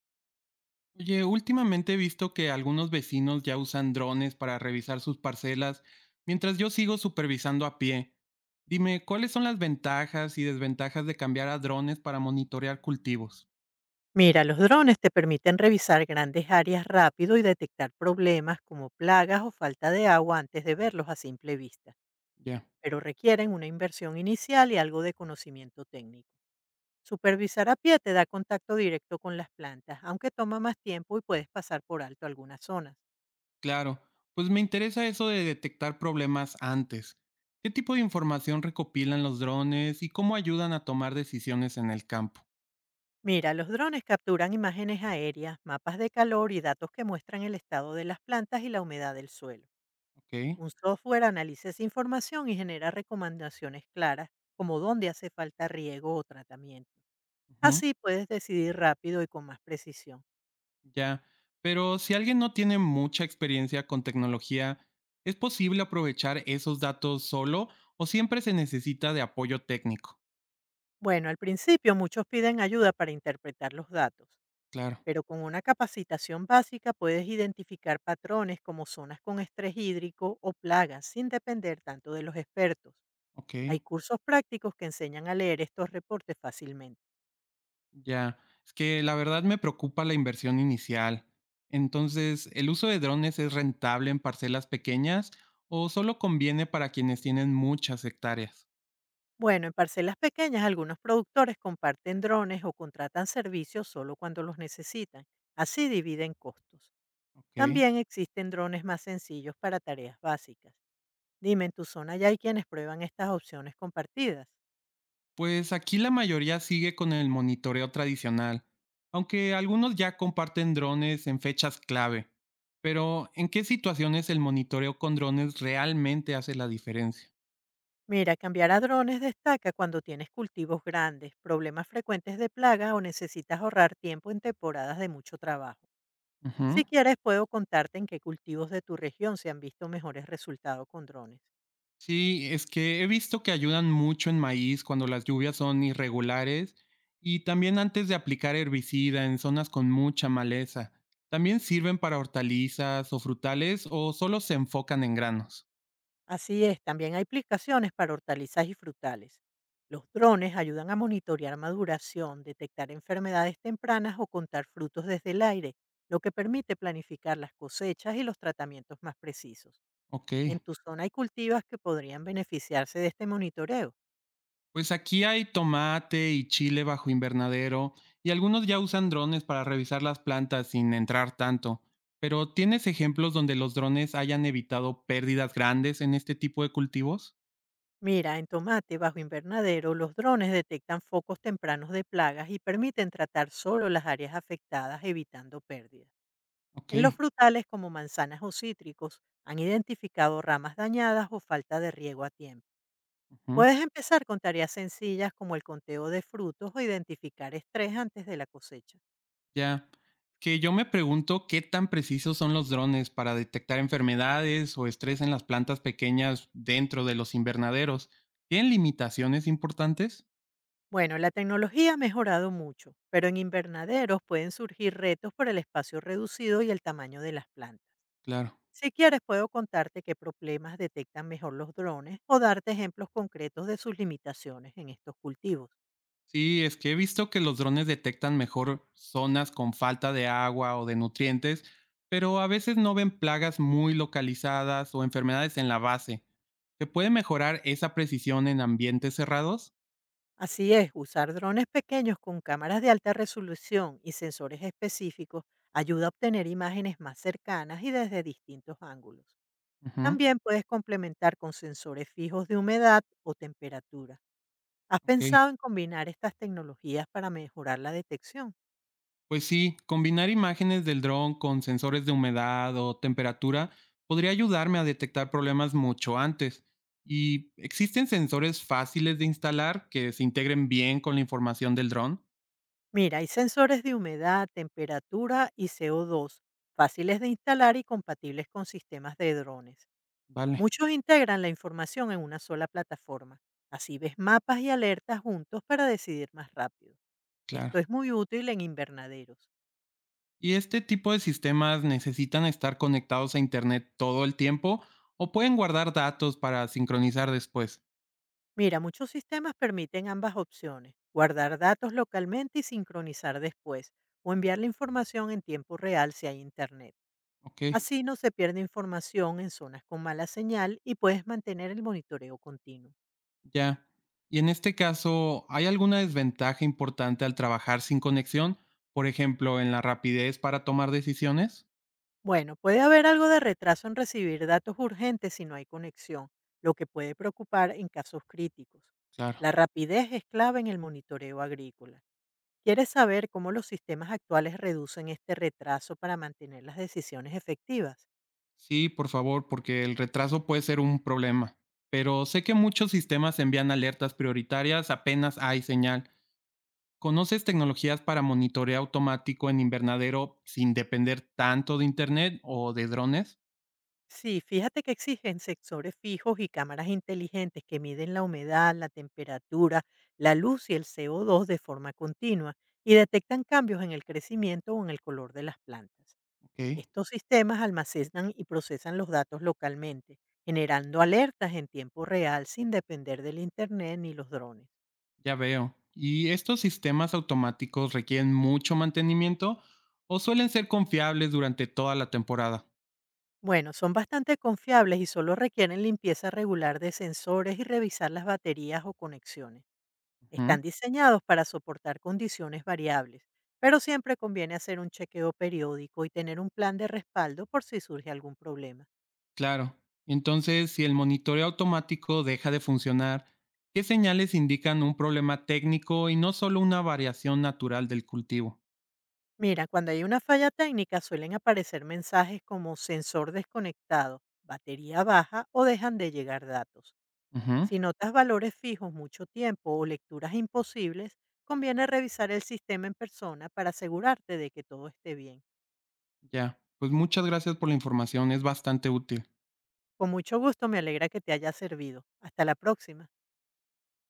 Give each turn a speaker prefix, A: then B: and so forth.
A: Oye, últimamente he visto que algunos vecinos ya usan drones para revisar sus parcelas, mientras yo sigo supervisando a pie. Dime, ¿cuáles son las ventajas y desventajas de cambiar a drones para monitorear cultivos?
B: Mira, los drones te permiten revisar grandes áreas rápido y detectar problemas como plagas o falta de agua antes de verlos a simple vista,
A: Ya,
B: pero requieren una inversión inicial y algo de conocimiento técnico. Supervisar a pie te da contacto directo con las plantas, aunque toma más tiempo y puedes pasar por alto algunas zonas.
A: claro. Pues me interesa eso de detectar problemas antes. ¿Qué tipo de información recopilan los drones y cómo ayudan a tomar decisiones en el campo?
B: Mira, los drones capturan imágenes aéreas, mapas de calor y datos que muestran el estado de las plantas y la humedad del suelo.
A: Ok.
B: Un software analiza esa información y genera recomendaciones claras, como dónde hace falta riego o tratamiento.
A: Ujú.
B: Así puedes decidir rápido y con más precisión.
A: Ya, pero si alguien no tiene mucha experiencia con tecnología, ¿es posible aprovechar esos datos solo o siempre se necesita de apoyo técnico?
B: Bueno, al principio muchos piden ayuda para interpretar los datos,
A: Claro,
B: pero con una capacitación básica puedes identificar patrones como zonas con estrés hídrico o plagas sin depender tanto de los expertos.
A: ok,
B: Hay cursos prácticos que enseñan a leer estos reportes fácilmente.
A: ya. Es que la verdad me preocupa la inversión inicial. Entonces, ¿el uso de drones es rentable en parcelas pequeñas o solo conviene para quienes tienen muchas hectáreas?
B: Bueno, en parcelas pequeñas algunos productores comparten drones o contratan servicios solo cuando los necesitan. Así dividen costos.
A: Ok.
B: También existen drones más sencillos para tareas básicas. Dime, ¿en tu zona ya hay quienes prueban estas opciones compartidas?
A: Pues aquí la mayoría sigue con el monitoreo tradicional, aunque algunos ya comparten drones en fechas clave. Pero, ¿en qué situaciones el monitoreo con drones realmente hace la diferencia?
B: Mira, cambiar a drones destaca cuando tienes cultivos grandes, problemas frecuentes de plaga o necesitas ahorrar tiempo en temporadas de mucho trabajo.
A: Ujú.
B: Si quieres, puedo contarte en qué cultivos de tu región se han visto mejores resultados con drones.
A: Sí, es que he visto que ayudan mucho en maíz cuando las lluvias son irregulares y también antes de aplicar herbicida en zonas con mucha maleza. ¿También sirven para hortalizas o frutales o solo se enfocan en granos?
B: Así es, también hay aplicaciones para hortalizas y frutales. Los drones ayudan a monitorear maduración, detectar enfermedades tempranas o contar frutos desde el aire, lo que permite planificar las cosechas y los tratamientos más precisos.
A: Ok.
B: En tu zona hay cultivos que podrían beneficiarse de este monitoreo.
A: Pues aquí hay tomate y chile bajo invernadero y algunos ya usan drones para revisar las plantas sin entrar tanto. Pero ¿tienes ejemplos donde los drones hayan evitado pérdidas grandes en este tipo de cultivos?
B: Mira, en tomate bajo invernadero, los drones detectan focos tempranos de plagas y permiten tratar solo las áreas afectadas, evitando pérdidas.
A: Ok,
B: En los frutales como manzanas o cítricos han identificado ramas dañadas o falta de riego a tiempo.
A: ujú,
B: Puedes empezar con tareas sencillas como el conteo de frutos o identificar estrés antes de la cosecha.
A: ya. Que yo me pregunto qué tan precisos son los drones para detectar enfermedades o estrés en las plantas pequeñas dentro de los invernaderos. ¿Tienen limitaciones importantes?
B: Bueno, la tecnología ha mejorado mucho, pero en invernaderos pueden surgir retos por el espacio reducido y el tamaño de las plantas.
A: Claro.
B: Si quieres, puedo contarte qué problemas detectan mejor los drones o darte ejemplos concretos de sus limitaciones en estos cultivos.
A: Sí, es que he visto que los drones detectan mejor zonas con falta de agua o de nutrientes, pero a veces no ven plagas muy localizadas o enfermedades en la base. ¿Se puede mejorar esa precisión en ambientes cerrados?
B: Así es, usar drones pequeños con cámaras de alta resolución y sensores específicos ayuda a obtener imágenes más cercanas y desde distintos ángulos.
A: Ujú,
B: También puedes complementar con sensores fijos de humedad o temperatura. ¿Has
A: ok.
B: pensado en combinar estas tecnologías para mejorar la detección?
A: Pues sí, combinar imágenes del dron con sensores de humedad o temperatura podría ayudarme a detectar problemas mucho antes. ¿Y existen sensores fáciles de instalar que se integren bien con la información del dron?
B: Mira, hay sensores de humedad, temperatura y CO2 fáciles de instalar y compatibles con sistemas de drones.
A: Vale,
B: Muchos integran la información en una sola plataforma. Así ves mapas y alertas juntos para decidir más rápido. Esto es
A: claro.
B: muy útil en invernaderos.
A: ¿Y este tipo de sistemas necesitan estar conectados a Internet todo el tiempo o pueden guardar datos para sincronizar después?
B: Mira, muchos sistemas permiten ambas opciones, guardar datos localmente y sincronizar después, o enviar la información en tiempo real si hay internet.
A: Ok,
B: Así no se pierde información en zonas con mala señal y puedes mantener el monitoreo continuo.
A: ya. Y en este caso, ¿hay alguna desventaja importante al trabajar sin conexión? Por ejemplo, en la rapidez para tomar decisiones.
B: Bueno, puede haber algo de retraso en recibir datos urgentes si no hay conexión, lo que puede preocupar en casos críticos.
A: Claro.
B: La rapidez es clave en el monitoreo agrícola. ¿Quieres saber cómo los sistemas actuales reducen este retraso para mantener las decisiones efectivas?
A: Sí, por favor, porque el retraso puede ser un problema. Pero sé que muchos sistemas envían alertas prioritarias apenas hay señal. ¿Conoces tecnologías para monitoreo automático en invernadero sin depender tanto de internet o de drones?
B: Sí, fíjate que exigen sensores fijos y cámaras inteligentes que miden la humedad, la temperatura, la luz y el CO2 de forma continua y detectan cambios en el crecimiento o en el color de las plantas.
A: Ok,
B: Estos sistemas almacenan y procesan los datos localmente, generando alertas en tiempo real sin depender del Internet ni los drones.
A: ya veo. ¿Y estos sistemas automáticos requieren mucho mantenimiento o suelen ser confiables durante toda la temporada?
B: Bueno, son bastante confiables y solo requieren limpieza regular de sensores y revisar las baterías o conexiones.
A: Ujú,
B: Están diseñados para soportar condiciones variables, pero siempre conviene hacer un chequeo periódico y tener un plan de respaldo por si surge algún problema.
A: claro. Entonces, si el monitoreo automático deja de funcionar, ¿qué señales indican un problema técnico y no solo una variación natural del cultivo?
B: Mira, cuando hay una falla técnica suelen aparecer mensajes como sensor desconectado, batería baja o dejan de llegar datos.
A: Ujú,
B: Si notas valores fijos mucho tiempo o lecturas imposibles, conviene revisar el sistema en persona para asegurarte de que todo esté bien.
A: ya. Pues muchas gracias por la información, es bastante útil.
B: Con mucho gusto me alegra que te haya servido. Hasta la próxima.